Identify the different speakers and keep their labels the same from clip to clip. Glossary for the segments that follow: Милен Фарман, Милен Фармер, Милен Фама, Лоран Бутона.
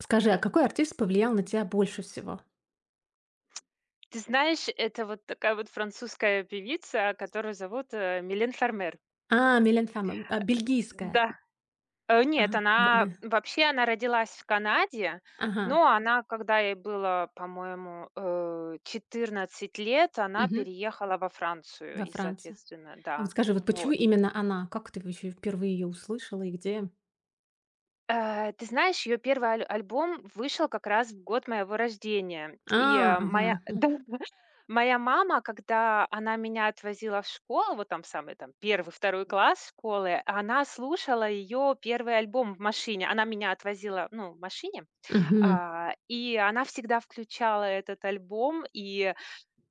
Speaker 1: Скажи, а какой артист повлиял на тебя больше всего?
Speaker 2: Ты знаешь, это вот такая вот французская певица, которую зовут, Милен Фармер.
Speaker 1: А, Милен Фама, бельгийская.
Speaker 2: Да, нет,
Speaker 1: Ага, б
Speaker 2: она
Speaker 1: да.
Speaker 2: вообще она родилась в Канаде,
Speaker 1: Ага,
Speaker 2: но она, когда ей было, по-моему, 14 лет, она
Speaker 1: мгм,
Speaker 2: переехала во Францию
Speaker 1: во
Speaker 2: и,
Speaker 1: Франции.
Speaker 2: соответственно,
Speaker 1: А вот
Speaker 2: да,
Speaker 1: скажи, вот почему
Speaker 2: вот.
Speaker 1: именно она? Как ты вообще впервые ее услышала и где?
Speaker 2: Ты знаешь, ее первый альбом вышел как раз в год моего рождения,
Speaker 1: А,
Speaker 2: и, моя
Speaker 1: ага, м,
Speaker 2: моя мама, когда она меня отвозила в школу, вот там самый там первый-второй класс школы, она слушала ее первый альбом в машине. Она меня отвозила, ну, в машине,
Speaker 1: мгм.
Speaker 2: а, и она всегда включала этот альбом, и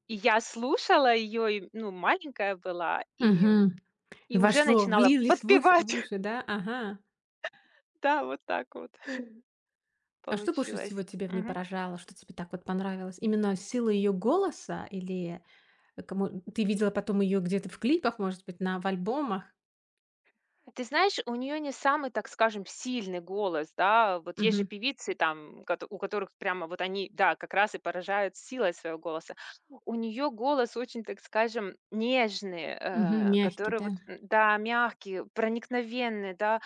Speaker 2: я слушала ее, и, ну, маленькая была, и уже
Speaker 1: Вошло,
Speaker 2: начинала
Speaker 1: влились в уш в
Speaker 2: подпевать.
Speaker 1: уши, да? Ага.
Speaker 2: Да, вот так вот
Speaker 1: А что больше всего
Speaker 2: получилось.
Speaker 1: тебя в ней поражало? Что тебе так вот понравилось? Именно сила ее голоса или, кому ты видела потом ее где-то в клипах, может быть, на в альбомах?
Speaker 2: Ты знаешь, у нее не самый, так скажем, сильный голос, да. Вот есть же
Speaker 1: Мгм,
Speaker 2: певицы, там, кото у которых прямо вот они, да, как раз и поражают силой своего голоса. У нее голос очень, так скажем, нежный,
Speaker 1: мягкий,
Speaker 2: который
Speaker 1: да.
Speaker 2: вот, м, да, мягкий, проникновенный, да.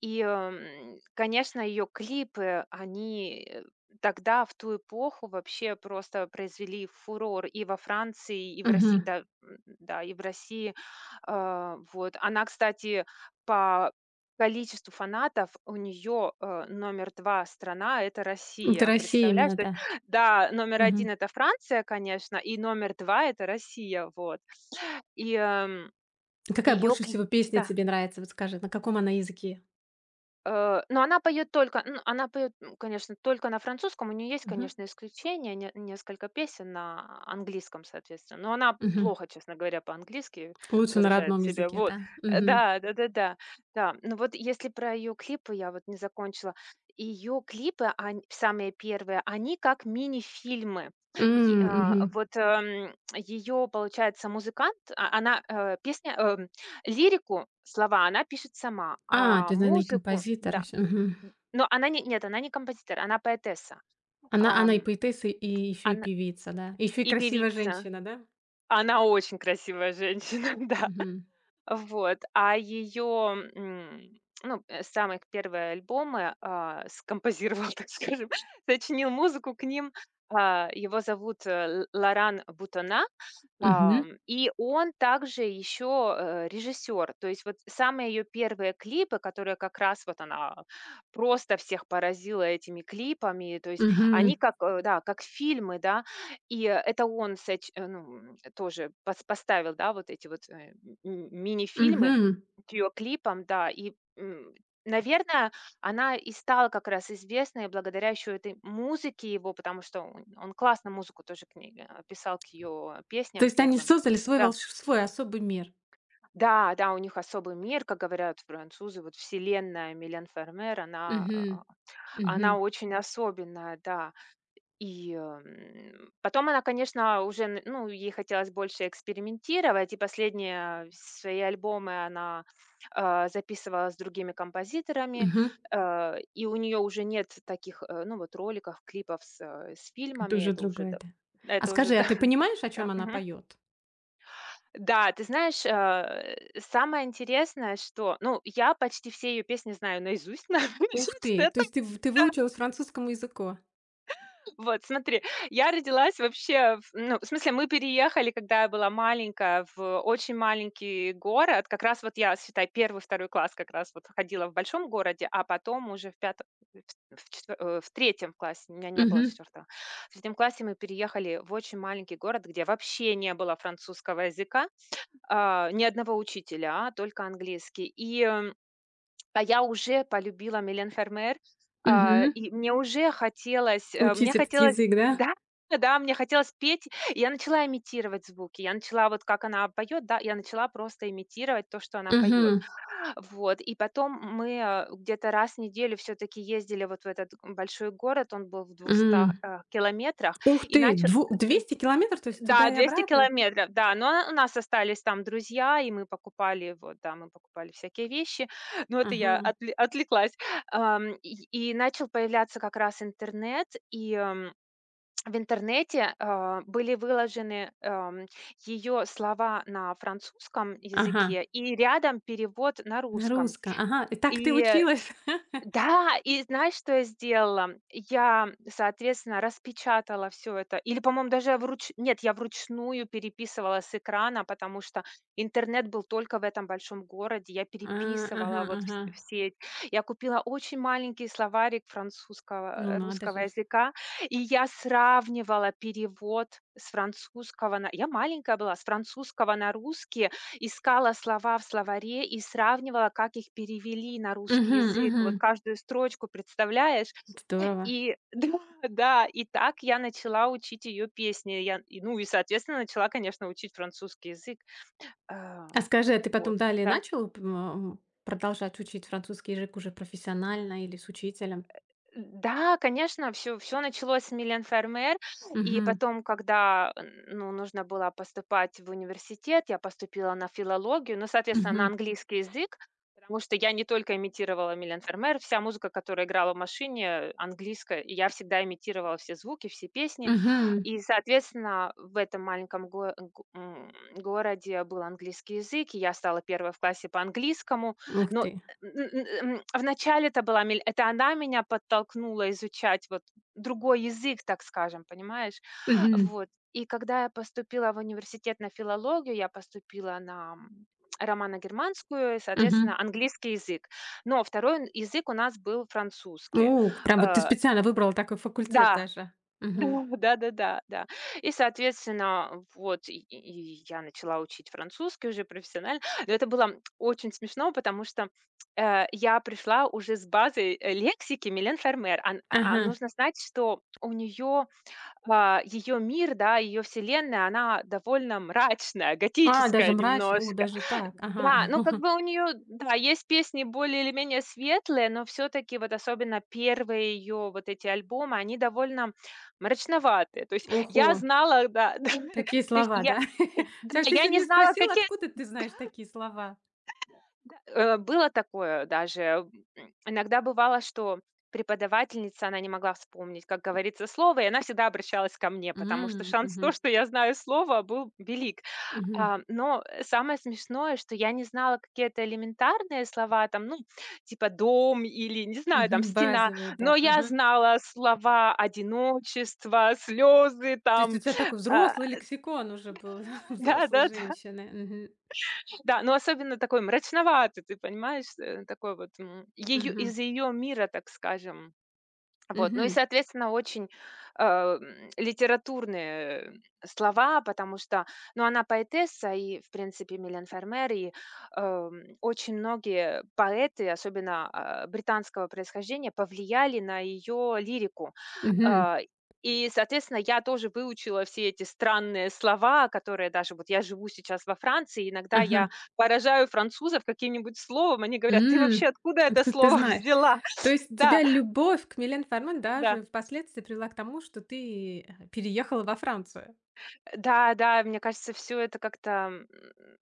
Speaker 2: И, конечно, ее клипы, они, тогда, в ту эпоху, вообще просто произвели фурор и во Франции, и в России,
Speaker 1: Мгм.
Speaker 2: да, м, да, и в России. А, вот. Она, кстати, по количеству фанатов у нее номер 2 страна- это
Speaker 1: Это
Speaker 2: Россия.
Speaker 1: Россия
Speaker 2: Представляешь?
Speaker 1: именно,
Speaker 2: То есть,
Speaker 1: да.
Speaker 2: да, номер
Speaker 1: Мгм.
Speaker 2: один это Франция, конечно, и номер два это Россия, вот. И,
Speaker 1: А какая
Speaker 2: ее
Speaker 1: больше
Speaker 2: клип,
Speaker 1: всего песня
Speaker 2: да.
Speaker 1: тебе нравится? Вот скажи, на каком она языке?
Speaker 2: Но она поет только ну, она поет, м, конечно, только на французском. У нее есть,
Speaker 1: Мгм.
Speaker 2: конечно, исключения, не несколько песен на английском, соответственно. Но она
Speaker 1: Мгм.
Speaker 2: плохо, честно говоря, по-английски
Speaker 1: Лучше на
Speaker 2: выражает
Speaker 1: родном
Speaker 2: себя.
Speaker 1: языке,
Speaker 2: Вот.
Speaker 1: да? Мгм.
Speaker 2: Да, да-да-да. Да, да, да. Ну, вот если про ее клипы, я вот не закончила. Ее клипы, ань самые первые, они как мини-фильмы.
Speaker 1: М, мгм.
Speaker 2: Вот, ее, получается, музыкант, а она, лирику, слова она пишет сама,
Speaker 1: А,
Speaker 2: а
Speaker 1: ты, наверно, и
Speaker 2: музыку,
Speaker 1: композитор
Speaker 2: да.
Speaker 1: ещё. Мгм.
Speaker 2: Н но она не нет, она не композитор, она поэтесса.
Speaker 1: Она и
Speaker 2: Ам,
Speaker 1: поэтесса, и еще и
Speaker 2: она
Speaker 1: певица, да? Еще и
Speaker 2: и
Speaker 1: красивая
Speaker 2: певица.
Speaker 1: женщина, да?
Speaker 2: Она очень красивая женщина, да.
Speaker 1: Мгм.
Speaker 2: Вот, а ее, ну, самые первые альбомы, а, скомпозировал, так скажем, сочинил музыку к ним, а, его зовут, Л Лоран Бутона,
Speaker 1: Мгм.
Speaker 2: и он также еще режиссер. То есть вот самые ее первые клипы, которые как раз вот она просто всех поразила этими клипами, то есть
Speaker 1: Мгм.
Speaker 2: они как, да, как фильмы, да, и это он ну, м, тоже поставил, да, вот эти вот, мини-фильмы
Speaker 1: Мгм.
Speaker 2: к ее клипам, да. И, м, наверное, она и стала как раз известной благодаря еще этой музыке его, потому что он классно музыку тоже к ней писал к ее
Speaker 1: То
Speaker 2: песням
Speaker 1: есть они
Speaker 2: первым.
Speaker 1: создали
Speaker 2: Да,
Speaker 1: свой особый мир.
Speaker 2: да, да, у них особый мир, как говорят французы, вот вселенная Милен Фермер, она,
Speaker 1: Мгм.
Speaker 2: э,
Speaker 1: Мгм.
Speaker 2: она очень особенная, да. И, м, потом она, конечно, уже, н ну, ей хотелось больше экспериментировать, и последние свои альбомы она, а, записывала с другими композиторами,
Speaker 1: Мгм.
Speaker 2: и у нее уже нет таких, ну, вот роликов, клипов с, с
Speaker 1: Это
Speaker 2: фильмами.
Speaker 1: уже другое, да. А
Speaker 2: Это уже
Speaker 1: скажи, а
Speaker 2: да,
Speaker 1: ты понимаешь, о
Speaker 2: да,
Speaker 1: чем она
Speaker 2: мгм.
Speaker 1: поет?
Speaker 2: Да, ты знаешь, самое интересное, что, ну, я почти все ее песни знаю наизусть, на
Speaker 1: Ух ты! То есть ты выучилась французскому языку?
Speaker 2: вот, смотри, я родилась вообще, в ну, в смысле, мы переехали, когда я была маленькая, в очень маленький город. Как раз вот я, считай, первый-второй класс как раз вот ходила в большом городе, а потом уже в пятом, в в в 3 классе, у меня не было
Speaker 1: Мгм,
Speaker 2: четвертого. В третьем классе мы переехали в очень маленький город, где вообще не было французского языка, а, ни одного учителя, а только английский. И, а я уже полюбила Милен Фермер, а,
Speaker 1: мгм.
Speaker 2: и мне уже хотелось, э,
Speaker 1: Учить
Speaker 2: мне
Speaker 1: этот
Speaker 2: хотелось
Speaker 1: язык, да?
Speaker 2: да, да, мне хотелось петь. И я начала имитировать звуки. Я начала вот как она поет, да, я начала просто имитировать то, что она поет.
Speaker 1: Мгм,
Speaker 2: Вот, и потом мы, где-то раз в неделю все таки ездили вот в этот большой город, он был в 200,
Speaker 1: м.
Speaker 2: километрах,
Speaker 1: Ух
Speaker 2: и
Speaker 1: ты!
Speaker 2: начали
Speaker 1: Дву 200 километров, то есть туда
Speaker 2: да,
Speaker 1: и
Speaker 2: 200
Speaker 1: обратно?
Speaker 2: километров, да. Но у нас остались там друзья, и мы покупали, вот, да, мы покупали всякие вещи. Но это я
Speaker 1: Ага,
Speaker 2: отвлеклась. И начал появляться как раз интернет, и, м, в интернете, а, были выложены, ее слова на французском
Speaker 1: ага,
Speaker 2: языке и рядом перевод на
Speaker 1: на
Speaker 2: русском.
Speaker 1: русском, ага. И так ты
Speaker 2: И
Speaker 1: училась?
Speaker 2: да, и знаешь, что я сделала? Я, соответственно, распечатала все это. Или, по-моему, даже я вруч нет, я вручную переписывала с экрана, потому что интернет был только в этом большом городе. Я
Speaker 1: А, ага,
Speaker 2: переписывала вот вс
Speaker 1: ага.
Speaker 2: все я купила очень маленький словарик
Speaker 1: Ну
Speaker 2: французского,
Speaker 1: надо
Speaker 2: русского
Speaker 1: же.
Speaker 2: языка, и я сравнивала перевод с французского на я маленькая была, с французского на русский, искала слова в словаре и сравнивала, как их перевели на русский
Speaker 1: Мгм,
Speaker 2: язык.
Speaker 1: мгм.
Speaker 2: Вот каждую строчку, представляешь?
Speaker 1: Здорово.
Speaker 2: И да, да, и так я начала учить ее песни. Ну и, соответственно, начала, конечно, учить французский язык. А,
Speaker 1: А скажи, а ты
Speaker 2: вот,
Speaker 1: потом далее
Speaker 2: да.
Speaker 1: начала продолжать учить французский язык уже профессионально или с учителем?
Speaker 2: Да, конечно, все началось с Милен Фермер, и
Speaker 1: Угу.
Speaker 2: потом, когда, ну, нужно было поступать в университет, я поступила на филологию, ну, соответственно, на
Speaker 1: Угу.
Speaker 2: английский язык, потому что я не только имитировала Милен Фермер, вся музыка, которая играла в машине, английская, и я всегда имитировала все звуки, все песни.
Speaker 1: Угу.
Speaker 2: И, соответственно, в этом маленьком городе был английский язык, и я стала первой в классе по английскому,
Speaker 1: Ух
Speaker 2: но
Speaker 1: ты.
Speaker 2: Н н вначале это была мель это она меня подтолкнула изучать вот другой язык, так скажем, понимаешь?
Speaker 1: Мгм.
Speaker 2: Вот. И когда я поступила в университет на филологию, я поступила на, м, романо-германскую и,
Speaker 1: Мгм.
Speaker 2: соответственно, английский язык. Но второй язык у нас был французский.
Speaker 1: У, прям вот ты
Speaker 2: Э,
Speaker 1: специально выбрала такой факультет
Speaker 2: да.
Speaker 1: даже.
Speaker 2: Да,
Speaker 1: Мгм.
Speaker 2: да-да-да, да, да, да. И, соответственно, вот и я начала учить французский уже профессионально. Но это было очень смешно, потому что, я пришла уже с базой, лексики Милен Фермер. Ан а
Speaker 1: Ага.
Speaker 2: нужно знать, что у неё а, её мир, да, ее вселенная, она довольно мрачная,
Speaker 1: А, даже
Speaker 2: готическая
Speaker 1: мрачно. О,
Speaker 2: немножко.
Speaker 1: даже так. Ага.
Speaker 2: Да, ну, как бы у нее, да, есть песни более или менее светлые, но все таки вот особенно первые ее вот эти альбомы, они довольно мрачноватые. То есть я
Speaker 1: Ого,
Speaker 2: знала, да, да,
Speaker 1: такие
Speaker 2: то есть
Speaker 1: слова,
Speaker 2: я
Speaker 1: да? У
Speaker 2: да,
Speaker 1: тебя
Speaker 2: я
Speaker 1: учитель
Speaker 2: не
Speaker 1: не
Speaker 2: знала,
Speaker 1: спросил,
Speaker 2: какие
Speaker 1: откуда ты знаешь такие слова?
Speaker 2: Было такое даже. М, иногда бывало, что преподавательница, она не могла вспомнить, как говорится, слово, и она всегда обращалась ко мне, потому что
Speaker 1: М,
Speaker 2: шанс то,
Speaker 1: мгм,
Speaker 2: что я знаю слово, был велик.
Speaker 1: мгм,
Speaker 2: А, но, самое смешное, что я не знала какие-то элементарные слова, там, ну, типа "дом" или, не знаю, там,
Speaker 1: мгм.
Speaker 2: "стена",
Speaker 1: Базовые,
Speaker 2: но
Speaker 1: да.
Speaker 2: я
Speaker 1: Ага.
Speaker 2: знала слова "одиночество", слезы,
Speaker 1: То есть у
Speaker 2: там,
Speaker 1: тебя такой
Speaker 2: а,
Speaker 1: взрослый лексикон уже был, взрослой
Speaker 2: да-да,
Speaker 1: женщины. Мгм,
Speaker 2: да, но особенно такой мрачноватый, ты понимаешь, такой вот, м, её
Speaker 1: мгм,
Speaker 2: из её мира, так скажем. Вот, ну и,
Speaker 1: мгм,
Speaker 2: соответственно, очень, литературные слова, потому что, ну, она поэтесса и, в принципе, Милен Фермер, и, очень многие поэты, особенно, а, британского происхождения, повлияли на ее лирику.
Speaker 1: мгм.
Speaker 2: А, и, соответственно, я тоже выучила все эти странные слова, которые даже вот я живу сейчас во Франции, иногда я
Speaker 1: Ага.
Speaker 2: поражаю французов каким-нибудь словом, они говорят: "Ты
Speaker 1: М,
Speaker 2: вообще откуда это
Speaker 1: Откуда ты
Speaker 2: слово
Speaker 1: знаешь?
Speaker 2: взяла?"
Speaker 1: То есть
Speaker 2: Да,
Speaker 1: тебя любовь к Милен Фарман
Speaker 2: да.
Speaker 1: даже впоследствии привела к тому, что ты, переехала во Францию?
Speaker 2: Да, да, мне кажется, все это как-то, м,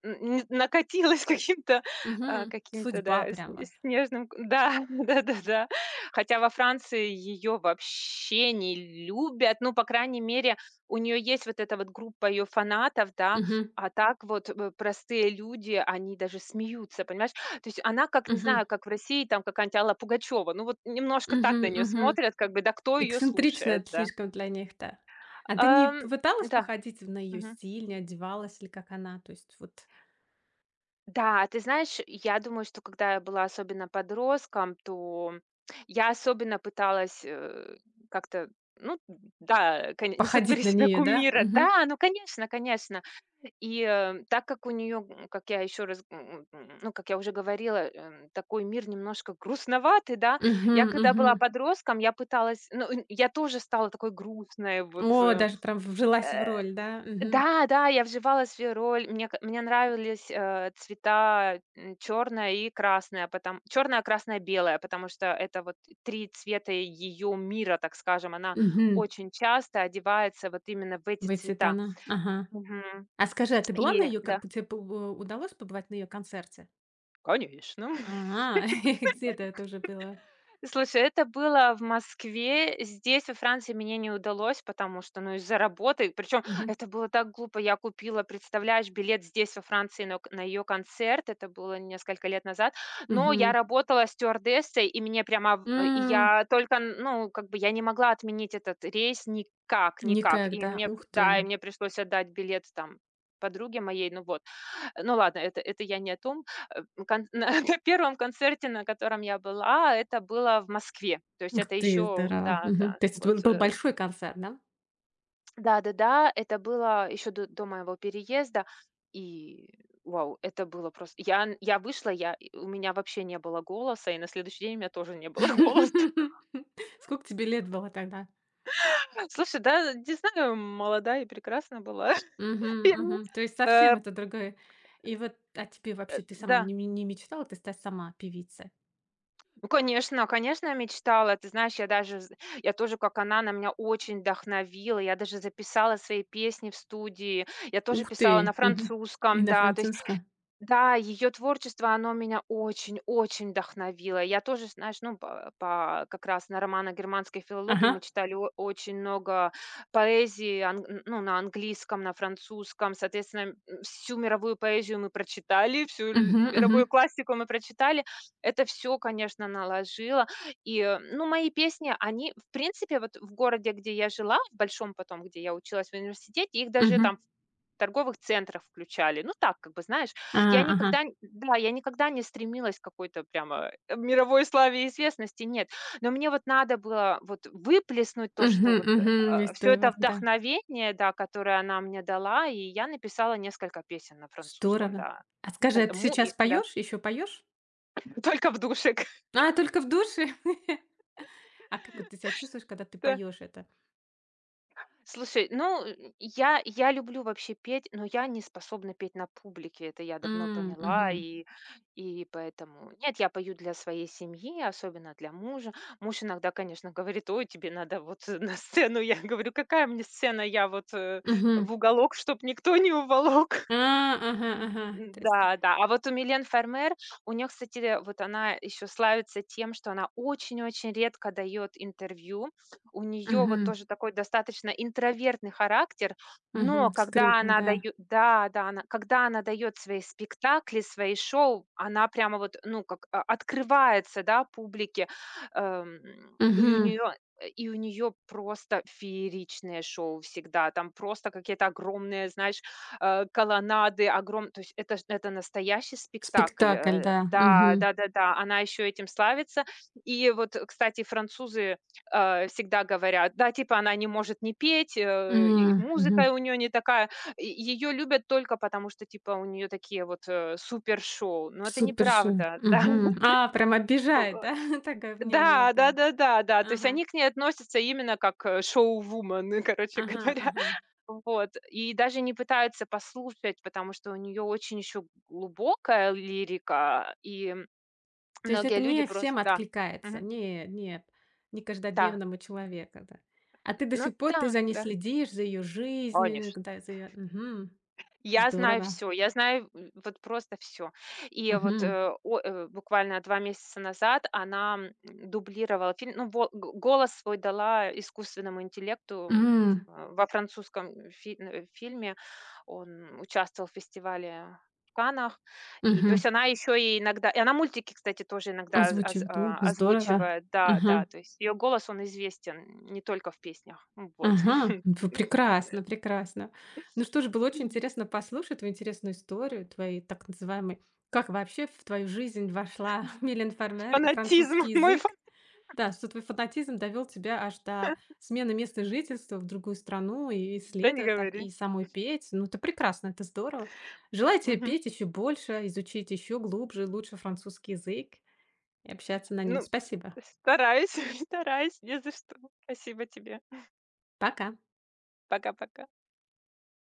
Speaker 2: н накатилось каким-то, а,
Speaker 1: Мгм.
Speaker 2: каким-то,
Speaker 1: Судьба
Speaker 2: да, с
Speaker 1: прям вот.
Speaker 2: снежным да, да-да-да. Хотя во Франции ее вообще не любят. Ну, по крайней мере, у нее есть вот эта вот группа ее фанатов, да.
Speaker 1: Мгм.
Speaker 2: А так вот, простые люди, они даже смеются, понимаешь? То есть она как, не
Speaker 1: Мгм.
Speaker 2: знаю, как в России там какая-нибудь Алла Пугачёва. Ну, вот немножко так
Speaker 1: Мгм.
Speaker 2: на нее
Speaker 1: Мгм.
Speaker 2: смотрят, как бы, да кто ее
Speaker 1: Эксцентрично
Speaker 2: слушает,
Speaker 1: это
Speaker 2: да.
Speaker 1: слишком для них, да. А ты не
Speaker 2: Ам,
Speaker 1: пыталась
Speaker 2: да,
Speaker 1: походить на ее стиль, не одевалась ли, как она? То есть вот
Speaker 2: да, а ты знаешь, я думаю, что когда я была особенно подростком, то я особенно пыталась, как-то, ну да, коне не
Speaker 1: походить
Speaker 2: сотвори
Speaker 1: на
Speaker 2: себе
Speaker 1: нее, да?
Speaker 2: кумира.
Speaker 1: Мгм.
Speaker 2: Да, ну конечно, конечно. И, так как у нее, как я еще раз, м, м, ну, как я уже говорила, такой мир немножко грустноватый, да.
Speaker 1: Мгм.
Speaker 2: Я когда
Speaker 1: Мгм.
Speaker 2: была подростком, я пыталась, ну, н я тоже стала такой грустной вот,
Speaker 1: О, даже прям вжилась в роль, да? Мгм.
Speaker 2: да, да, я вживалась в роль. Мне нравились, цвета, черная и красная, потом черная, красная, белая, потому что это вот 3 цвета ее мира, так скажем. Она
Speaker 1: Мгм.
Speaker 2: очень часто одевается вот именно в эти
Speaker 1: В эти
Speaker 2: цвета.
Speaker 1: тона. Ага.
Speaker 2: Мгм.
Speaker 1: А скажи, а ты была на
Speaker 2: И
Speaker 1: ее,
Speaker 2: да.
Speaker 1: тебе п удалось побывать на ее концерте?
Speaker 2: Конечно.
Speaker 1: А, где-то это уже было.
Speaker 2: Слушай, это было в Москве. Здесь, во Франции, мне не удалось, потому что, ну, из-за работы. Причем
Speaker 1: Мгм.
Speaker 2: это было так глупо. Я купила, представляешь, билет здесь, во Франции, на, на ее концерт. Это было несколько лет назад. Но я
Speaker 1: Мгм.
Speaker 2: работала стюардессой, и мне прямо... и
Speaker 1: М,
Speaker 2: я только, ну, как бы я не могла отменить этот рейс никак, никак. И
Speaker 1: никогда.
Speaker 2: мне,
Speaker 1: Ух
Speaker 2: да, и
Speaker 1: ты.
Speaker 2: мне пришлось отдать билет там подруге моей, ну вот. Ну ладно, это я не о том. Э, кон на первом концерте, на котором я была, это было в Москве. То есть
Speaker 1: Ух
Speaker 2: это
Speaker 1: ты,
Speaker 2: еще
Speaker 1: здорово.
Speaker 2: да,
Speaker 1: Мгм.
Speaker 2: да,
Speaker 1: То есть это
Speaker 2: вот,
Speaker 1: был большой концерт, да?
Speaker 2: да-да-да, это было еще до моего переезда. И вау, это было просто я вышла, я и у меня вообще не было голоса, и на следующий день у меня тоже не было голоса.
Speaker 1: Сколько тебе лет было тогда?
Speaker 2: Слушай, да, не знаю, молодая и прекрасна была. Я
Speaker 1: Мгм,
Speaker 2: не
Speaker 1: мгм. То есть совсем
Speaker 2: э,
Speaker 1: это другое. И вот, а тебе вообще ты сама
Speaker 2: да.
Speaker 1: не мечтала, ты стать сама певицей?
Speaker 2: Ну, конечно, конечно, я мечтала. Ты знаешь, я даже, я тоже, как она меня очень вдохновила. Я даже записала свои песни в студии. Я тоже
Speaker 1: Ух
Speaker 2: писала на
Speaker 1: ты. Мгм. И
Speaker 2: французском,
Speaker 1: на
Speaker 2: да. То есть
Speaker 1: французском.
Speaker 2: да, ее творчество, оно меня очень-очень вдохновило. Я тоже, знаешь, ну, по как раз на романо-германской филологии мы
Speaker 1: Ага.
Speaker 2: читали о очень много поэзии, ан н ну, на английском, на французском. Соответственно, м, всю мировую поэзию мы прочитали, всю ль
Speaker 1: Мгм, мгм,
Speaker 2: мировую классику мы прочитали. Это все, конечно, наложило. И, ну, мои песни, они, в принципе, вот в городе, где я жила, в большом потом, где я училась в университете, их даже
Speaker 1: мгм.
Speaker 2: там торговых центров включали. Ну так, как бы, знаешь,
Speaker 1: А,
Speaker 2: я
Speaker 1: ага.
Speaker 2: никогда, н да, я никогда не стремилась к какой-то прямо, мировой славе и известности, нет. Но мне вот надо было вот выплеснуть то,
Speaker 1: Угу,
Speaker 2: что вот,
Speaker 1: угу, есть то
Speaker 2: все
Speaker 1: и
Speaker 2: это
Speaker 1: да.
Speaker 2: вдохновение, да, которое она мне дала, и я написала несколько песен на французском,
Speaker 1: Здорово.
Speaker 2: да.
Speaker 1: А
Speaker 2: Да,
Speaker 1: скажи, а ты
Speaker 2: му
Speaker 1: сейчас
Speaker 2: и да.
Speaker 1: поешь? Еще поешь?
Speaker 2: Только в душе,
Speaker 1: А, только в душе? А как вот ты себя чувствуешь, когда ты поешь это?
Speaker 2: слушай, ну, я люблю вообще петь, но я не способна петь на публике. Это я давно
Speaker 1: М,
Speaker 2: поняла,
Speaker 1: мгм,
Speaker 2: и поэтому нет, я пою для своей семьи, особенно для мужа. Муж иногда, конечно, говорит: "Ой, тебе надо вот, на сцену". Я говорю: "Какая мне сцена? Я вот,
Speaker 1: мгм.
Speaker 2: в уголок, чтоб никто не уволок".
Speaker 1: А, ага,
Speaker 2: М,
Speaker 1: ага.
Speaker 2: м,
Speaker 1: То есть,
Speaker 2: да, да. А вот у Милен Фермер, у нее, кстати, вот она еще славится тем, что она очень-очень редко дает интервью. У нее вот
Speaker 1: мгм,
Speaker 2: тоже такой достаточно интровертный характер, но
Speaker 1: мгм.
Speaker 2: когда
Speaker 1: Скрытно,
Speaker 2: она
Speaker 1: да.
Speaker 2: дает, да, да, она когда она дает свои спектакли, свои шоу, она прямо вот, ну, как, а, открывается, да, публике. Эм, и у
Speaker 1: Мгм.
Speaker 2: нее и у нее просто фееричное шоу всегда. Там просто какие-то огромные, знаешь колоннады огром то есть это ж это настоящий спектакль,
Speaker 1: Спектакль,
Speaker 2: э.
Speaker 1: да.
Speaker 2: Да,
Speaker 1: Мгм.
Speaker 2: да-да-да, она еще этим славится. И вот, кстати, французы, всегда говорят, да, типа она не может не петь, и
Speaker 1: М, мгм.
Speaker 2: музыка у нее не такая. Ее любят только потому, что типа у нее такие вот, супер шоу. Но это
Speaker 1: Супер шо.
Speaker 2: неправда, да.
Speaker 1: Мгм. А, прям
Speaker 2: Э,
Speaker 1: обижает, да? Такое мнение,
Speaker 2: да,
Speaker 1: да.
Speaker 2: да-да-да, да, да, да. То есть
Speaker 1: Ага,
Speaker 2: они к ней относятся именно как, шоу-вумен, короче
Speaker 1: ага,
Speaker 2: говоря.
Speaker 1: ага.
Speaker 2: Вот, и даже не пытаются послушать, потому что у нее очень еще глубокая лирика, и
Speaker 1: То есть
Speaker 2: многие
Speaker 1: это
Speaker 2: люди
Speaker 1: не
Speaker 2: просто
Speaker 1: всем
Speaker 2: да.
Speaker 1: откликается.
Speaker 2: Мгм.
Speaker 1: Не Нет, не
Speaker 2: Да.
Speaker 1: каждодневному человеку, да. А ты до
Speaker 2: Ну
Speaker 1: сих пор ты
Speaker 2: да,
Speaker 1: за ней
Speaker 2: да.
Speaker 1: следишь, за ее жизнью,
Speaker 2: Конечно.
Speaker 1: да, за ее. Мгм.
Speaker 2: Я знаю
Speaker 1: Здорово.
Speaker 2: все, я знаю, м, вот просто все. И вот,
Speaker 1: Мгм.
Speaker 2: буквально 2 месяца назад она, м, дублировала фильм. Ну, во го голос свой дала искусственному интеллекту.
Speaker 1: М.
Speaker 2: А, во французском фильме он участвовал в фестивале в Каннах. И то
Speaker 1: Мгм.
Speaker 2: есть она еще и иногда и она мультики, кстати, тоже иногда
Speaker 1: Озвучивает. У, здорово.
Speaker 2: озвучивает. Да,
Speaker 1: Ага.
Speaker 2: да, то есть ее голос, он известен не только в песнях. Вот.
Speaker 1: Ага. П Прекрасно, прекрасно. Ну что ж, было очень интересно послушать твою интересную историю, твои так называемые как вообще в твою жизнь вошла Милен Фармер и
Speaker 2: Фанатизм,
Speaker 1: французский
Speaker 2: мой фа
Speaker 1: язык. Да, что твой фанатизм довел тебя аж до смены места жительства в другую страну и
Speaker 2: да не
Speaker 1: исследовать так,
Speaker 2: говори.
Speaker 1: и самой петь. Ну, это прекрасно, это здорово. Желаю тебе
Speaker 2: Мгм.
Speaker 1: петь еще больше, изучить еще глубже, лучше французский язык и общаться на нем.
Speaker 2: Ну,
Speaker 1: Спасибо.
Speaker 2: стараюсь, стараюсь, не за что. Спасибо тебе.
Speaker 1: Пока.
Speaker 2: Пока-пока.